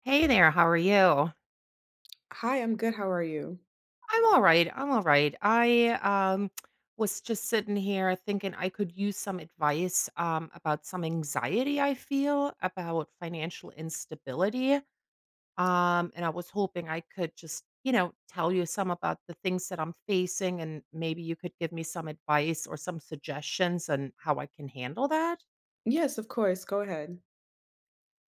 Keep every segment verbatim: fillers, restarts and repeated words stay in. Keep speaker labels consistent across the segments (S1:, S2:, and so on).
S1: Hey there, how are you?
S2: Hi, I'm good. How are you?
S1: I'm all right. I'm all right. I um was just sitting here thinking I could use some advice um about some anxiety I feel about financial instability. Um and I was hoping I could just, you know, tell you some about the things that I'm facing and maybe you could give me some advice or some suggestions on how I can handle that.
S2: Yes, of course. Go ahead.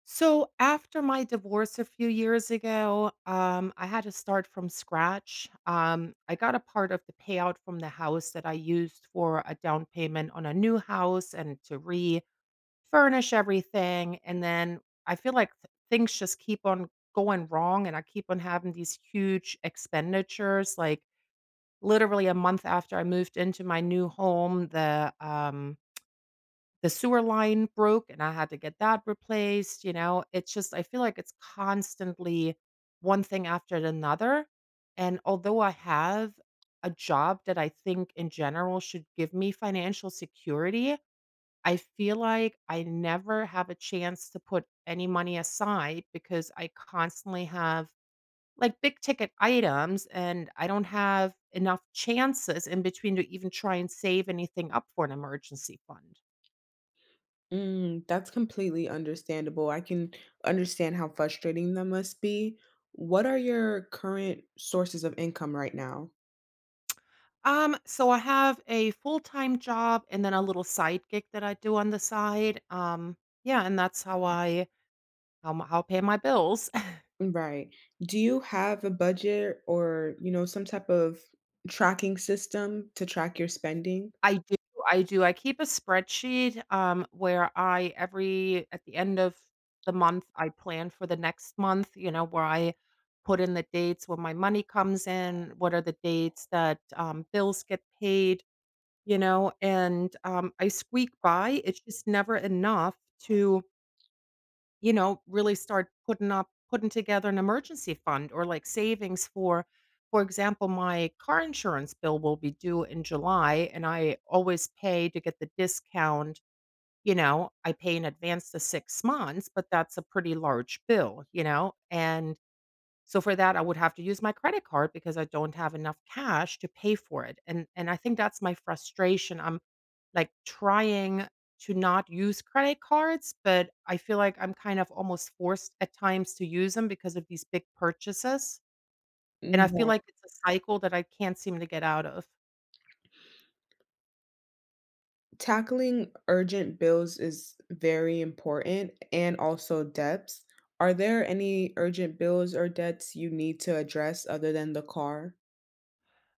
S1: So after my divorce a few years ago, um, I had to start from scratch. Um, I got a part of the payout from the house that I used for a down payment on a new house and to refurnish everything. And then I feel like th- things just keep on going wrong, and I keep on having these huge expenditures. Like literally a month after I moved into my new home, the um, the sewer line broke and I had to get that replaced, you know? It's just I feel like it's constantly one thing after another, and although I have a job that I think in general should give me financial security, I feel like I never have a chance to put any money aside because I constantly have, like, big ticket items, and I don't have enough chances in between to even try and save anything up for an emergency fund.
S2: Mm, that's completely understandable. I can understand how frustrating that must be. What are your current sources of income right now?
S1: Um, so I have a full-time job and then a little side gig that I do on the side. Um, yeah, and that's how I how m how I pay my bills.
S2: Right. Do you have a budget or, you know, some type of tracking system to track your spending?
S1: I do I do I keep a spreadsheet, um, where I every at the end of the month, I plan for the next month, you know, where I put in the dates when my money comes in, what are the dates that, um, bills get paid, you know, and, um, I squeak by. It's just never enough to... You know, really start putting up putting together an emergency fund or like savings for... For example, my car insurance bill will be due in July and I always pay to get the discount, you know, I pay in advance the six months, but that's a pretty large bill, you know? And so for that I would have to use my credit card because I don't have enough cash to pay for it. And and I think that's my frustration. I'm like, trying to not use credit cards, but I feel like I'm kind of almost forced at times to use them because of these big purchases, and
S2: Mm.
S1: I feel like it's a cycle that I can't seem to get out of.
S2: Tackling urgent bills is very important, and also debts. Are there any urgent bills or debts you need to address other than the car?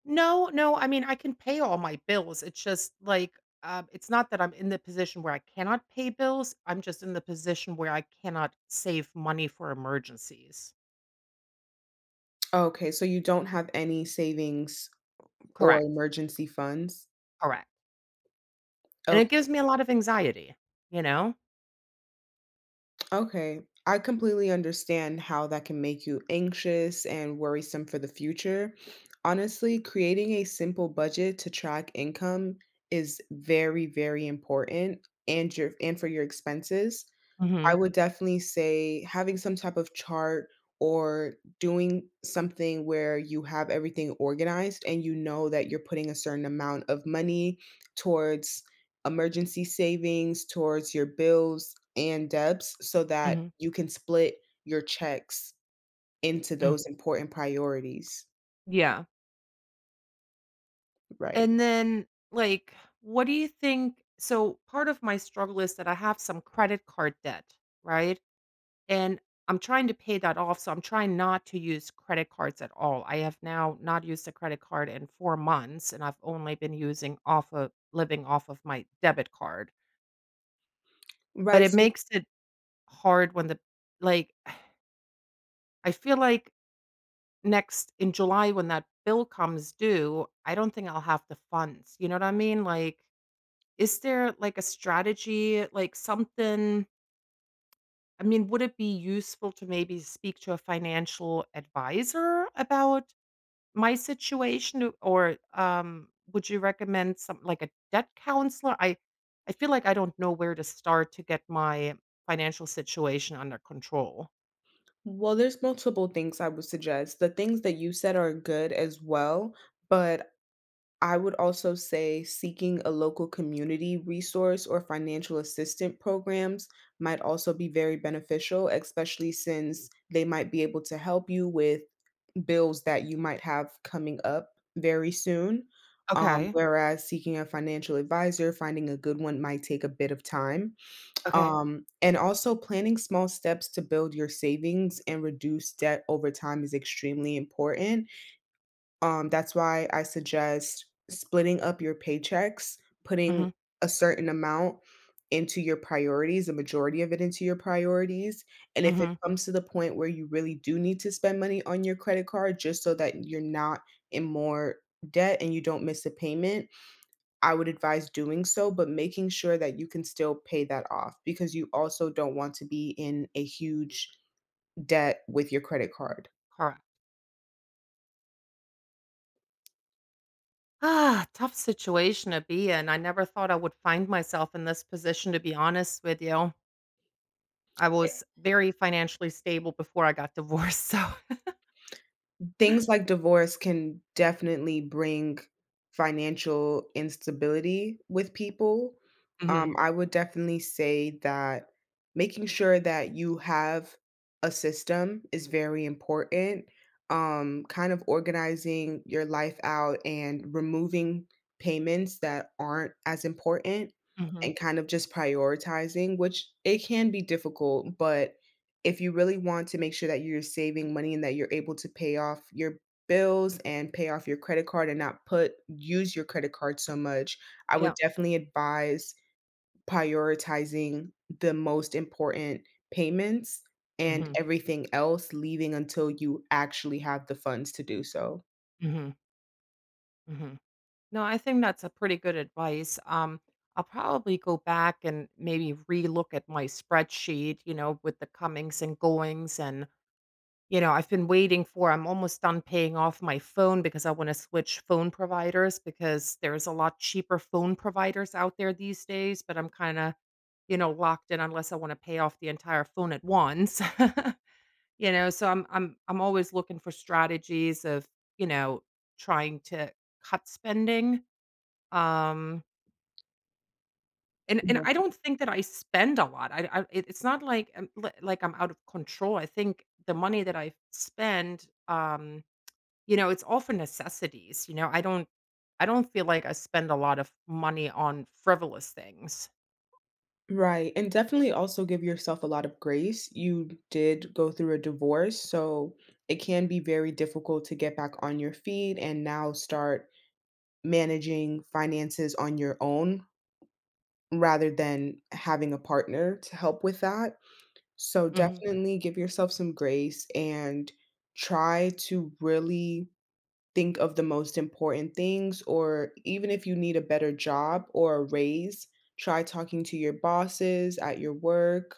S1: No, no, I mean, I can pay all my bills, it's just, like, um, it's not that I'm in the position where I cannot pay bills, I'm just in the position where I cannot save money for emergencies.
S2: Okay, so you don't have any savings or
S1: Correct,
S2: emergency funds?
S1: correct, and it
S2: Okay.
S1: gives me a lot of anxiety, you know?
S2: Okay. I completely understand how that can make you anxious and worrisome for the future. Honestly, creating a simple budget to track income is very, very important, and your and for your expenses. I
S1: Mhm,
S2: would definitely say having some type of chart or doing something where you have everything organized and you know that you're putting a certain amount of money towards emergency savings, towards your bills and debts, so that
S1: mhm,
S2: you can split your checks into
S1: mm.
S2: those important priorities.
S1: Yeah.
S2: Right.
S1: And then, like, what do you think... so part of my struggle is that I have some credit card debt, right? And I'm trying to pay that off, so I'm trying not to use credit cards at all. I have now not used a credit card in four months, and I've only been using off of living off of my debit card. But
S2: Right.
S1: it
S2: So,
S1: makes it hard when the... like, I feel like next in July when that bill comes due, I don't think I'll have the funds, you know what I mean? Like, is there, like, a strategy, like, something... I mean, would it be useful to maybe speak to a financial advisor about my situation? Or, um, would you recommend something like a debt counselor? I I feel like I don't know where to start to get my financial situation under control.
S2: well, there's multiple things I would suggest. The things that you said are good as well, but I would also say seeking a local community resource or financial assistant programs might also be very beneficial, especially since they might be able to help you with bills that you might have coming up very soon. Um,
S1: Okay.
S2: whereas seeking a financial advisor, finding a good one might take a bit of time.
S1: Okay.
S2: Um, and also, planning small steps to build your savings and reduce debt over time is extremely important. Um, that's why I suggest splitting up your paychecks, putting
S1: Mhm.
S2: a certain amount into your priorities, a majority of it into your priorities, and if it
S1: Mhm.
S2: comes to the point where you really do need to spend money on your credit card just so that you're not in more debt and you don't miss a payment, I would advise doing so, but making sure that you can still pay that off because you also don't want to be in a huge debt with your credit card.
S1: Correct. Ah, tough situation to be in. I never thought I would find myself in this position, to be honest with you. I was very financially stable before I got divorced, so
S2: Things like divorce can definitely bring financial instability with people. Um,
S1: Mhm,
S2: I would definitely say that making sure that you have a system is very important. Um, kind of organizing your life out and removing payments that aren't as important,
S1: mhm.
S2: and kind of just prioritizing, which it can be difficult, but if you really want to make sure that you're saving money and that you're able to pay off your bills and pay off your credit card and not put use your credit card so much, I would
S1: Yeah.
S2: definitely advise prioritizing the most important payments, and Mhm.
S1: Mhm,
S2: everything else leaving until you actually have the funds to do so.
S1: mhm, mhm. No, I think that's a pretty good advice. Um, I'll probably go back and maybe relook at my spreadsheet, you know, with the comings and goings and, you know, I've been waiting for... I'm almost done paying off my phone because I wanna switch phone providers because there's a lot cheaper phone providers out there these days, but I'm kinda, you know, locked in unless I wanna pay off the entire phone at once. You know, so I'm I'm I'm always looking for strategies of, you know, trying to cut spending, um, and and I
S2: Right.
S1: don't think that I spend a lot. I I it it's not like I'm li like I'm out of control. I think the money that I spend, um, you know, it's all for necessities, you know? I don't I don't feel like I spend a lot of money on frivolous things.
S2: Right, and definitely also give yourself a lot of grace. You did go through a divorce, so it can be very difficult to get back on your feet and now start managing finances on your own rather than having a partner to help with that. So
S1: Mhm.
S2: definitely give yourself some grace and try to really think of the most important things, or even if you need a better job or a raise, try talking to your bosses at your work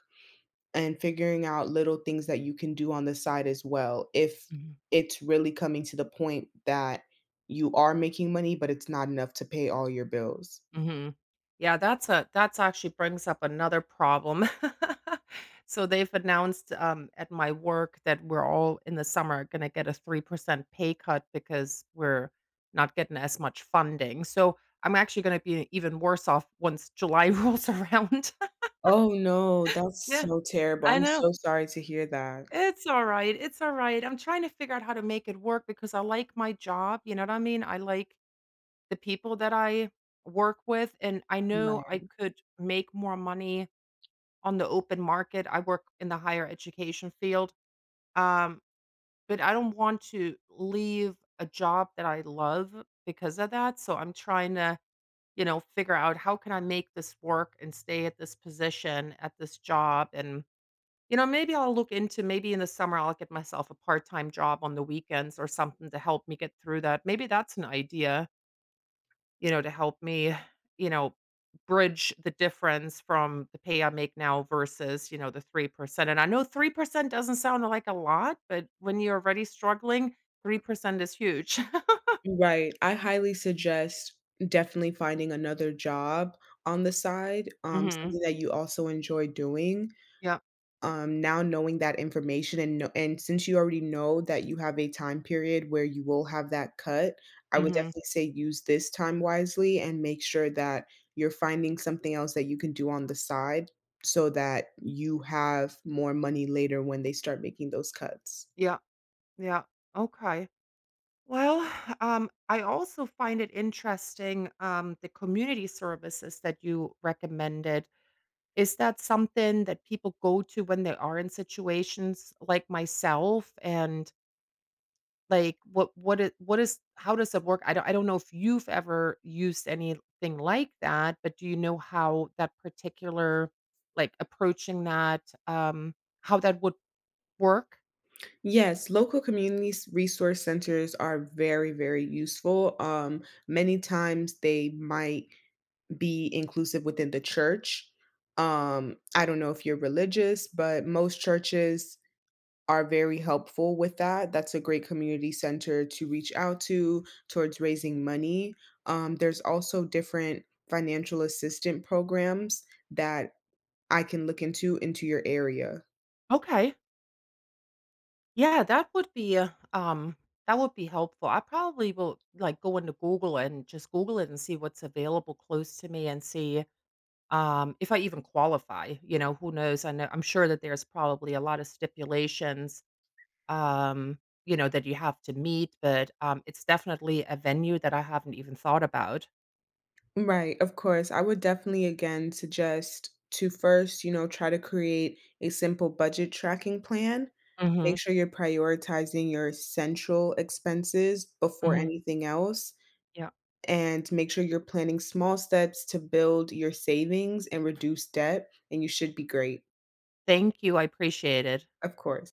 S2: and figuring out little things that you can do on the side as well if it's really coming to the point that you are making money but it's not enough to pay all your bills.
S1: Mhm. Yeah, that's a that's actually brings up another problem. So they've announced, um, at my work that we're all in the summer gonna get a three percent pay cut because we're not getting as much funding. So I'm actually gonna be even worse off once July rolls around.
S2: Oh, no, that's
S1: Yeah,
S2: so terrible.
S1: I
S2: I'm
S1: know.
S2: so sorry to hear that.
S1: It's alright, it's alright. I'm trying to figure out how to make it work because I like my job, you know what I mean? I like the people that I work with, and I know I
S2: Right.
S1: could make more money on the open market. I work in the higher education field. Um, but I don't want to leave a job that I love because of that. So I'm trying to, you know, figure out how can I make this work and stay at this position at this job. And, you know, maybe I'll look into... maybe in the summer I'll get myself a part-time job on the weekends or something to help me get through that. Maybe that's an idea, you know, to help me, you know, bridge the difference from the pay I make now versus, you know, the three percent. And I know three percent doesn't sound like a lot, but when you're already struggling, three percent is huge.
S2: Right. I highly suggest definitely finding another job on the side, um,
S1: Mhm.
S2: something that you also enjoy doing.
S1: Yeah.
S2: um, now knowing that information, and know and since you already know that you have a time period where you will have that cut, I would
S1: Mhm.
S2: definitely say use this time wisely and make sure that you're finding something else that you can do on the side so that you have more money later when they start making those cuts.
S1: Yeah. Yeah. Okay. Well, um, I also find it interesting um, the community services that you recommended. Is that something that people go to when they are in situations like myself? And like, what what is? what is how does it work? I don't I don't know if you've ever used anything like that, but do you know how that particular... like, approaching that, um, how that would work?
S2: Yes, local community s- resource centers are very, very useful. Um, many times they might be inclusive within the church. Um, I don't know if you're religious, but most churches are very helpful with that. That's a great community center to reach out to towards raising money. Um, there's also different financial assistant programs that I can look into into your area.
S1: Okay. Yeah, that would be, uh, um, that would be helpful. I probably will, like, go into Google and just Google it and see what's available close to me and see, um, if I even qualify, you know, who knows? I know I'm sure that there's probably a lot of stipulations, um, you know, that you have to meet, but, um, it's definitely a venue that I haven't even thought about.
S2: Right, of course. I would definitely again suggest to first, you know, try to create a simple budget tracking plan. Make
S1: Mhm.
S2: sure you're prioritizing your central expenses before
S1: Mhm.
S2: anything else,
S1: Yeah.
S2: and make sure you're planning small steps to build your savings and reduce debt, and you should be great,
S1: Thank you, I appreciate it.
S2: of course.